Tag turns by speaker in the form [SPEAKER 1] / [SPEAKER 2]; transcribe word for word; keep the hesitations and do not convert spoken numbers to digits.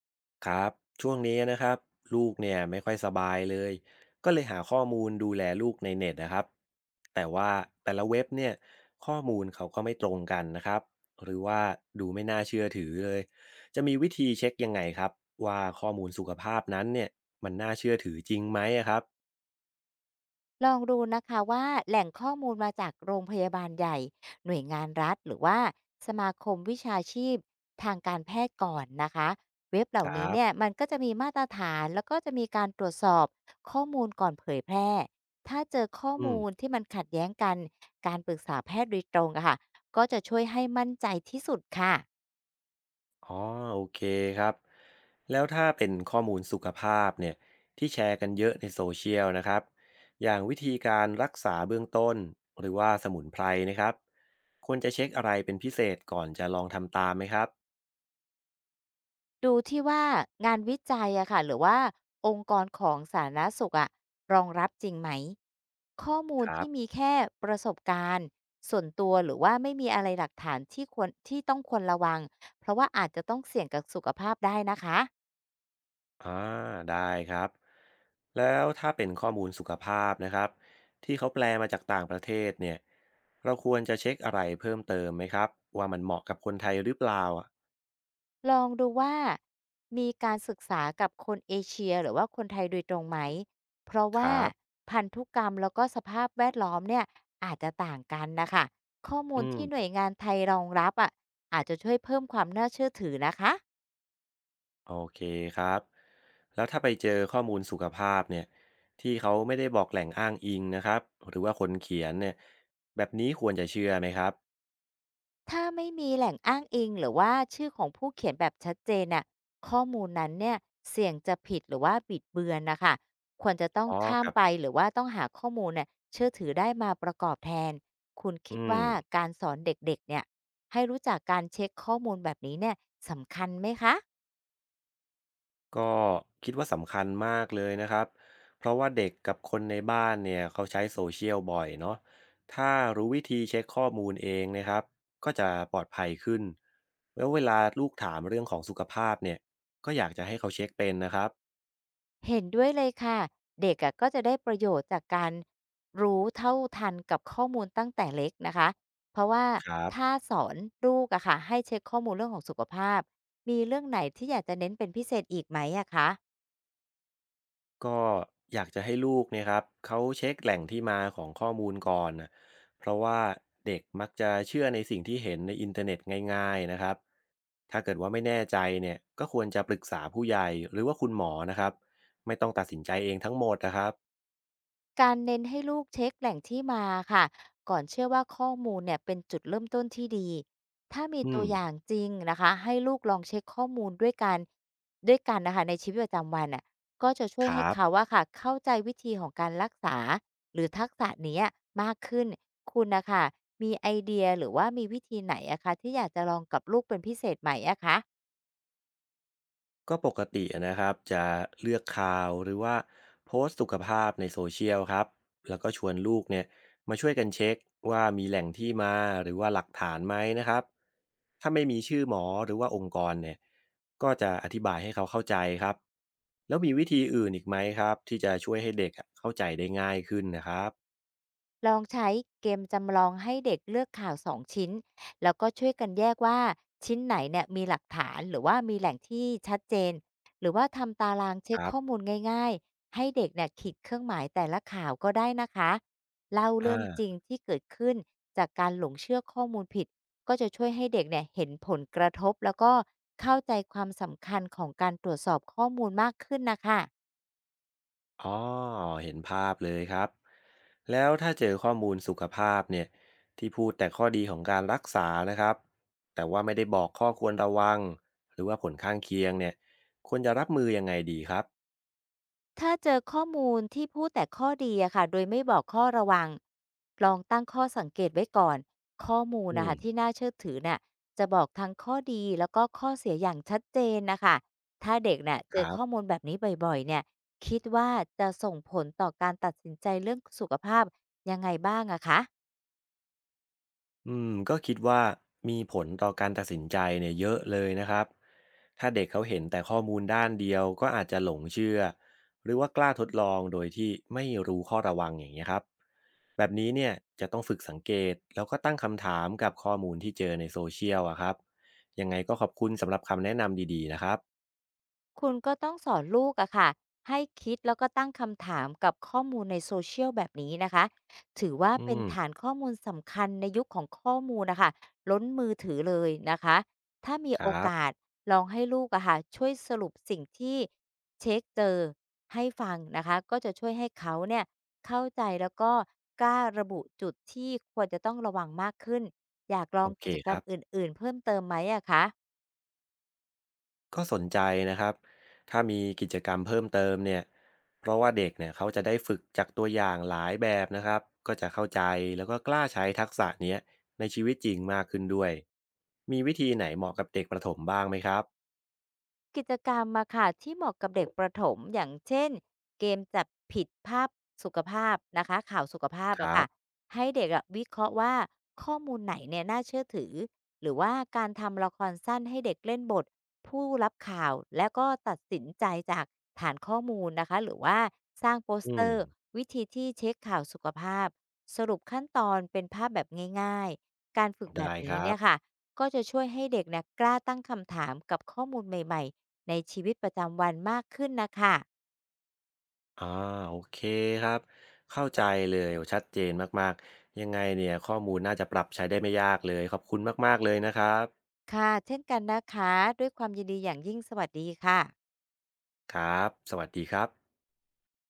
[SPEAKER 1] ครับช่วงนี้นะครับลูกเนี่ยไม่ค่อยสบายเลยก็เลยหาข้อมูลดูแลลูกในเน็ตนะครับแต่ว่าแต่ละเว็บเนี่ยข้อมูลเขาก็ไม่ตรงกันนะครับหรือว่าดูไม่น่าเชื่อถือเลยจะมีวิธีเช็คยังไงครับว่าข้อมูลสุขภาพนั้นเนี่ยมันน่าเชื่อถือจริงไหมอะครับ
[SPEAKER 2] ลองดูนะคะว่าแหล่งข้อมูลมาจากโรงพยาบาลใหญ่หน่วยงานรัฐหรือว่าสมาคมวิชาชีพทางการแพทย์ก่อนนะคะเว็บเห
[SPEAKER 1] ค
[SPEAKER 2] ล่า
[SPEAKER 1] รั
[SPEAKER 2] นี้เนี่ย
[SPEAKER 1] บ
[SPEAKER 2] มันก็จะมีมาตรฐานแล้วก็จะมีการตรวจสอบข้อมูลก่อนเผยแพร่ถ้าเจอข้อ
[SPEAKER 1] อืม
[SPEAKER 2] มูลที่มันขัดแย้งกันการปรึกษาแพทย์โดยตรงอะค่ะก็จะช่วยให้มั่นใจที่สุดค่ะ
[SPEAKER 1] อ๋อโอเคครับแล้วถ้าเป็นข้อมูลสุขภาพเนี่ยที่แชร์กันเยอะในโซเชียลนะครับอย่างวิธีการรักษาเบื้องต้นหรือว่าสมุนไพรนะครับควรจะเช็คอะไรเป็นพิเศษก่อนจะลองทำตามไหมครับ
[SPEAKER 2] ดูที่ว่างานวิจัยอะค่ะหรือว่าองค์กรของสาธารณสุขอะรองรับจริงไหมข้อมู
[SPEAKER 1] ค
[SPEAKER 2] ล
[SPEAKER 1] รั
[SPEAKER 2] ที่
[SPEAKER 1] บ
[SPEAKER 2] มีแค่ประสบการณ์ส่วนตัวหรือว่าไม่มีอะไรหลักฐานที่ควรที่ต้องควรระวังเพราะว่าอาจจะต้องเสี่ยงกับสุขภาพได้นะคะ
[SPEAKER 1] อ่าได้ครับแล้วถ้าเป็นข้อมูลสุขภาพนะครับที่เขาแปลมาจากต่างประเทศเนี่ยเราควรจะเช็คอะไรเพิ่มเติมไหมครับว่ามันเหมาะกับคนไทยหรือเปล่าอะ
[SPEAKER 2] ลองดูว่ามีการศึกษากับคนเอเชียหรือว่าคนไทยโดยตรงไหม เพราะ
[SPEAKER 1] ค
[SPEAKER 2] ว่า
[SPEAKER 1] รับ
[SPEAKER 2] พันธุกรรมแล้วก็สภาพแวดล้อมเนี่ยอาจจะต่างกันนะคะข้อมู
[SPEAKER 1] อื
[SPEAKER 2] ลที่หน่ว
[SPEAKER 1] ม
[SPEAKER 2] ยงานไทยรองรับอ่ะอาจจะช่วยเพิ่มความน่าเชื่อถือนะคะ
[SPEAKER 1] โอเคครับแล้วถ้าไปเจอข้อมูลสุขภาพเนี่ยที่เขาไม่ได้บอกแหล่งอ้างอิงนะครับหรือว่าคนเขียนเนี่ยแบบนี้ควรจะเชื่อไหมครับ
[SPEAKER 2] ถ้าไม่มีแหล่งอ้างอิงหรือว่าชื่อของผู้เขียนแบบชัดเจนน่ะข้อมูลนั้นเนี่ยเสี่ยงจะผิดหรือว่าบิดเบือนนะคะควรจะต้อง
[SPEAKER 1] อ๋อ
[SPEAKER 2] ข้า
[SPEAKER 1] ค
[SPEAKER 2] ม
[SPEAKER 1] รับ
[SPEAKER 2] ไปหรือว่าต้องหาข้อมูลเนี่ยเชื่อถือได้มาประกอบแทนคุณ
[SPEAKER 1] อื
[SPEAKER 2] คิด
[SPEAKER 1] ม
[SPEAKER 2] ว่าการสอนเด็กๆเนี่ยให้รู้จักการเช็คข้อมูลแบบนี้เนี่ยสำคัญไหมคะ
[SPEAKER 1] ก็คิดว่าสำคัญมากเลยนะครับเพราะว่าเด็กกับคนในบ้านเนี่ยเขาใช้โซเชียลบ่อยเนาะถ้ารู้วิธีเช็คข้อมูลเองนะครับก็จะปลอดภัยขึ้นแล้วเวลาลูกถามเรื่องของสุขภาพเนี่ยก็อยากจะให้เขาเช็คเป็นนะครับ
[SPEAKER 2] เห็นด้วยเลยค่ะเด็กอะก็จะได้ประโยชน์จากการรู้เท่าทันกับข้อมูลตั้งแต่เล็กนะคะเพราะว่า
[SPEAKER 1] ครับ
[SPEAKER 2] ถ้าสอนลูกอะค่ะให้เช็คข้อมูลเรื่องของสุขภาพมีเรื่องไหนที่อยากจะเน้นเป็นพิเศษอีกไหมอะคะ
[SPEAKER 1] ก็อยากจะให้ลูกเนี่ยครับเขาเช็คแหล่งที่มาของข้อมูลก่อนนะเพราะว่าเด็กมักจะเชื่อในสิ่งที่เห็นในอินเทอร์เน็ตง่ายๆนะครับถ้าเกิดว่าไม่แน่ใจเนี่ยก็ควรจะปรึกษาผู้ใหญ่หรือว่าคุณหมอนะครับไม่ต้องตัดสินใจเองทั้งหมดนะครับ
[SPEAKER 2] การเน้นให้ลูกเช็คแหล่งที่มาค่ะก่อนเชื่อว่าข้อมูลเนี่ยเป็นจุดเริ่มต้นที่ดีถ้ามี
[SPEAKER 1] อื
[SPEAKER 2] ตั
[SPEAKER 1] ม
[SPEAKER 2] วอย่างจริงนะคะให้ลูกลองเช็คข้อมูลด้วยกันด้วยกันนะคะในชีวิตประจำวันน่ะก็จะช่ว
[SPEAKER 1] ค
[SPEAKER 2] ยให้
[SPEAKER 1] รับ
[SPEAKER 2] เขาว่าค่ะเข้าใจวิธีของการรักษาหรือทักษะเนี้ยมากขึ้นคุณนะคะมีไอเดียหรือว่ามีวิธีไหนอะคะที่อยากจะลองกับลูกเป็นพิเศษไหมอะคะ
[SPEAKER 1] ก็ปกตินะครับจะเลือกข่าวหรือว่าโพสต์สุขภาพในโซเชียลครับแล้วก็ชวนลูกเนี่ยมาช่วยกันเช็คว่ามีแหล่งที่มาหรือว่าหลักฐานไหมนะครับถ้าไม่มีชื่อหมอหรือว่าองค์กรเนี่ยก็จะอธิบายให้เขาเข้าใจครับแล้วมีวิธีอื่นอีกไหมครับที่จะช่วยให้เด็กอะเข้าใจได้ง่ายขึ้นนะครับ
[SPEAKER 2] ลองใช้เกมจำลองให้เด็กเลือกข่าวสองชิ้นแล้วก็ช่วยกันแยกว่าชิ้นไหนเนี่ยมีหลักฐานหรือว่ามีแหล่งที่ชัดเจนหรือว่าทำตารางเช็
[SPEAKER 1] ค
[SPEAKER 2] ค
[SPEAKER 1] รับ
[SPEAKER 2] ข้อมูลง่ายๆให้เด็กเนี่ยขีดเครื่องหมายแต่ละข่าวก็ได้นะคะเล่า
[SPEAKER 1] อ่
[SPEAKER 2] เรื่องจริ
[SPEAKER 1] า
[SPEAKER 2] งที่เกิดขึ้นจากการหลงเชื่อข้อมูลผิดก็จะช่วยให้เด็กเนี่ยเห็นผลกระทบแล้วก็เข้าใจความสำคัญของการตรวจสอบข้อมูลมากขึ้นนะคะ
[SPEAKER 1] อ๋อเห็นภาพเลยครับแล้วถ้าเจอข้อมูลสุขภาพเนี่ยที่พูดแต่ข้อดีของการรักษานะครับแต่ว่าไม่ได้บอกข้อควรระวังหรือว่าผลข้างเคียงเนี่ยควรจะรับมือยังไงดีครับ
[SPEAKER 2] ถ้าเจอข้อมูลที่พูดแต่ข้อดีอะค่ะโดยไม่บอกข้อระวัง ลองตั้งข้อสังเกตไว้ก่อน ข้อมูล
[SPEAKER 1] อื
[SPEAKER 2] นะคะ
[SPEAKER 1] ม
[SPEAKER 2] ที่น่าเชื่อถือน่ะจะบอกทั้งข้อดีแล้วก็ข้อเสียอย่างชัดเจนนะคะถ้าเด็กน่ะเจ
[SPEAKER 1] ครั
[SPEAKER 2] อข้อ
[SPEAKER 1] บ
[SPEAKER 2] มูลแบบนี้บ่อยๆเนี่ยคิดว่าจะส่งผลต่อการตัดสินใจเรื่องสุขภาพยังไงบ้างอะคะ
[SPEAKER 1] อืมก็คิดว่ามีผลต่อการตัดสินใจเนี่ยเยอะเลยนะครับถ้าเด็กเขาเห็นแต่ข้อมูลด้านเดียวก็อาจจะหลงเชื่อหรือว่ากล้าทดลองโดยที่ไม่รู้ข้อระวังอย่างนี้ยครับ แบบนี้เนี่ยจะต้องฝึกสังเกตแล้วก็ตั้งคำถามกับข้อมูลที่เจอในโซเชียลอะครับยังไงก็ขอบคุณสำหรับคำแนะนำดีๆนะครับ
[SPEAKER 2] คุณก็ต้องสอนลูกอะค่ะให้คิดแล้วก็ตั้งคำถามกับข้อมูลในโซเชียลแบบนี้นะคะถือว่า
[SPEAKER 1] อื
[SPEAKER 2] เป็น
[SPEAKER 1] ม
[SPEAKER 2] ฐานข้อมูลสำคัญในยุคของข้อมูลนะคะล้นมือถือเลยนะคะถ้ามี
[SPEAKER 1] ค
[SPEAKER 2] โอ
[SPEAKER 1] รับ
[SPEAKER 2] กาสลองให้ลูกอะค่ะช่วยสรุปสิ่งที่เช็กเจอให้ฟังนะคะก็จะช่วยให้เขาเนี่ยเข้าใจแล้วก็กล้าระบุจุดที่ควรจะต้องระวังมากขึ้นอยากล
[SPEAKER 1] โอ
[SPEAKER 2] อง
[SPEAKER 1] เค
[SPEAKER 2] กิจก
[SPEAKER 1] ค
[SPEAKER 2] รร
[SPEAKER 1] รั
[SPEAKER 2] ม
[SPEAKER 1] บ
[SPEAKER 2] อื่นๆเพิ่มเติมไหมอะคะ
[SPEAKER 1] ก็สนใจนะครับถ้ามีกิจกรรมเพิ่มเติมเนี่ยเพราะว่าเด็กเนี่ยเขาจะได้ฝึกจากตัวอย่างหลายแบบนะครับก็จะเข้าใจแล้วก็กล้าใช้ทักษะเนี้ยในชีวิตจริงมากขึ้นด้วยมีวิธีไหนเหมาะกับเด็กประถมบ้างไหมครับ
[SPEAKER 2] กิจกรรมมาค่ะที่เหมาะกับเด็กประถมอย่างเช่นเกมจับผิดภาพสุขภาพนะคะข่าวสุขภาพ
[SPEAKER 1] ค
[SPEAKER 2] อะ
[SPEAKER 1] รั
[SPEAKER 2] ค่ะ
[SPEAKER 1] บ
[SPEAKER 2] ให้เด็กอะวิเคราะห์ว่าข้อมูลไหนเนี่ยน่าเชื่อถือหรือว่าการทำละครสั้นให้เด็กเล่นบทผู้รับข่าวและก็ตัดสินใจจากฐานข้อมูลนะคะหรือว่าสร้างโปส
[SPEAKER 1] อื
[SPEAKER 2] เต
[SPEAKER 1] ม
[SPEAKER 2] อร์วิธีที่เช็คข่าวสุขภาพสรุปขั้นตอนเป็นภาพแบบง่ายๆการฝึกแบ
[SPEAKER 1] ได้
[SPEAKER 2] บ
[SPEAKER 1] ค
[SPEAKER 2] นี้
[SPEAKER 1] รั
[SPEAKER 2] เนี่
[SPEAKER 1] บ
[SPEAKER 2] ยค่ะก็จะช่วยให้เด็กเนี่ยกล้าตั้งคำถามกับข้อมูลใหม่ๆ ในชีวิตประจำวันมากขึ้นนะคะ
[SPEAKER 1] อ่าโอเคครับเข้าใจเลยโอ้ชัดเจนมากๆยังไงเนี่ยข้อมูลน่าจะปรับใช้ได้ไม่ยากเลยขอบคุณมากๆเลยนะครับ
[SPEAKER 2] ค่ะ เช่นกันนะคะ ด้วยความยินดีอย่างยิ่งสวัสดีค่ะ
[SPEAKER 1] ครับสวัสดีครับ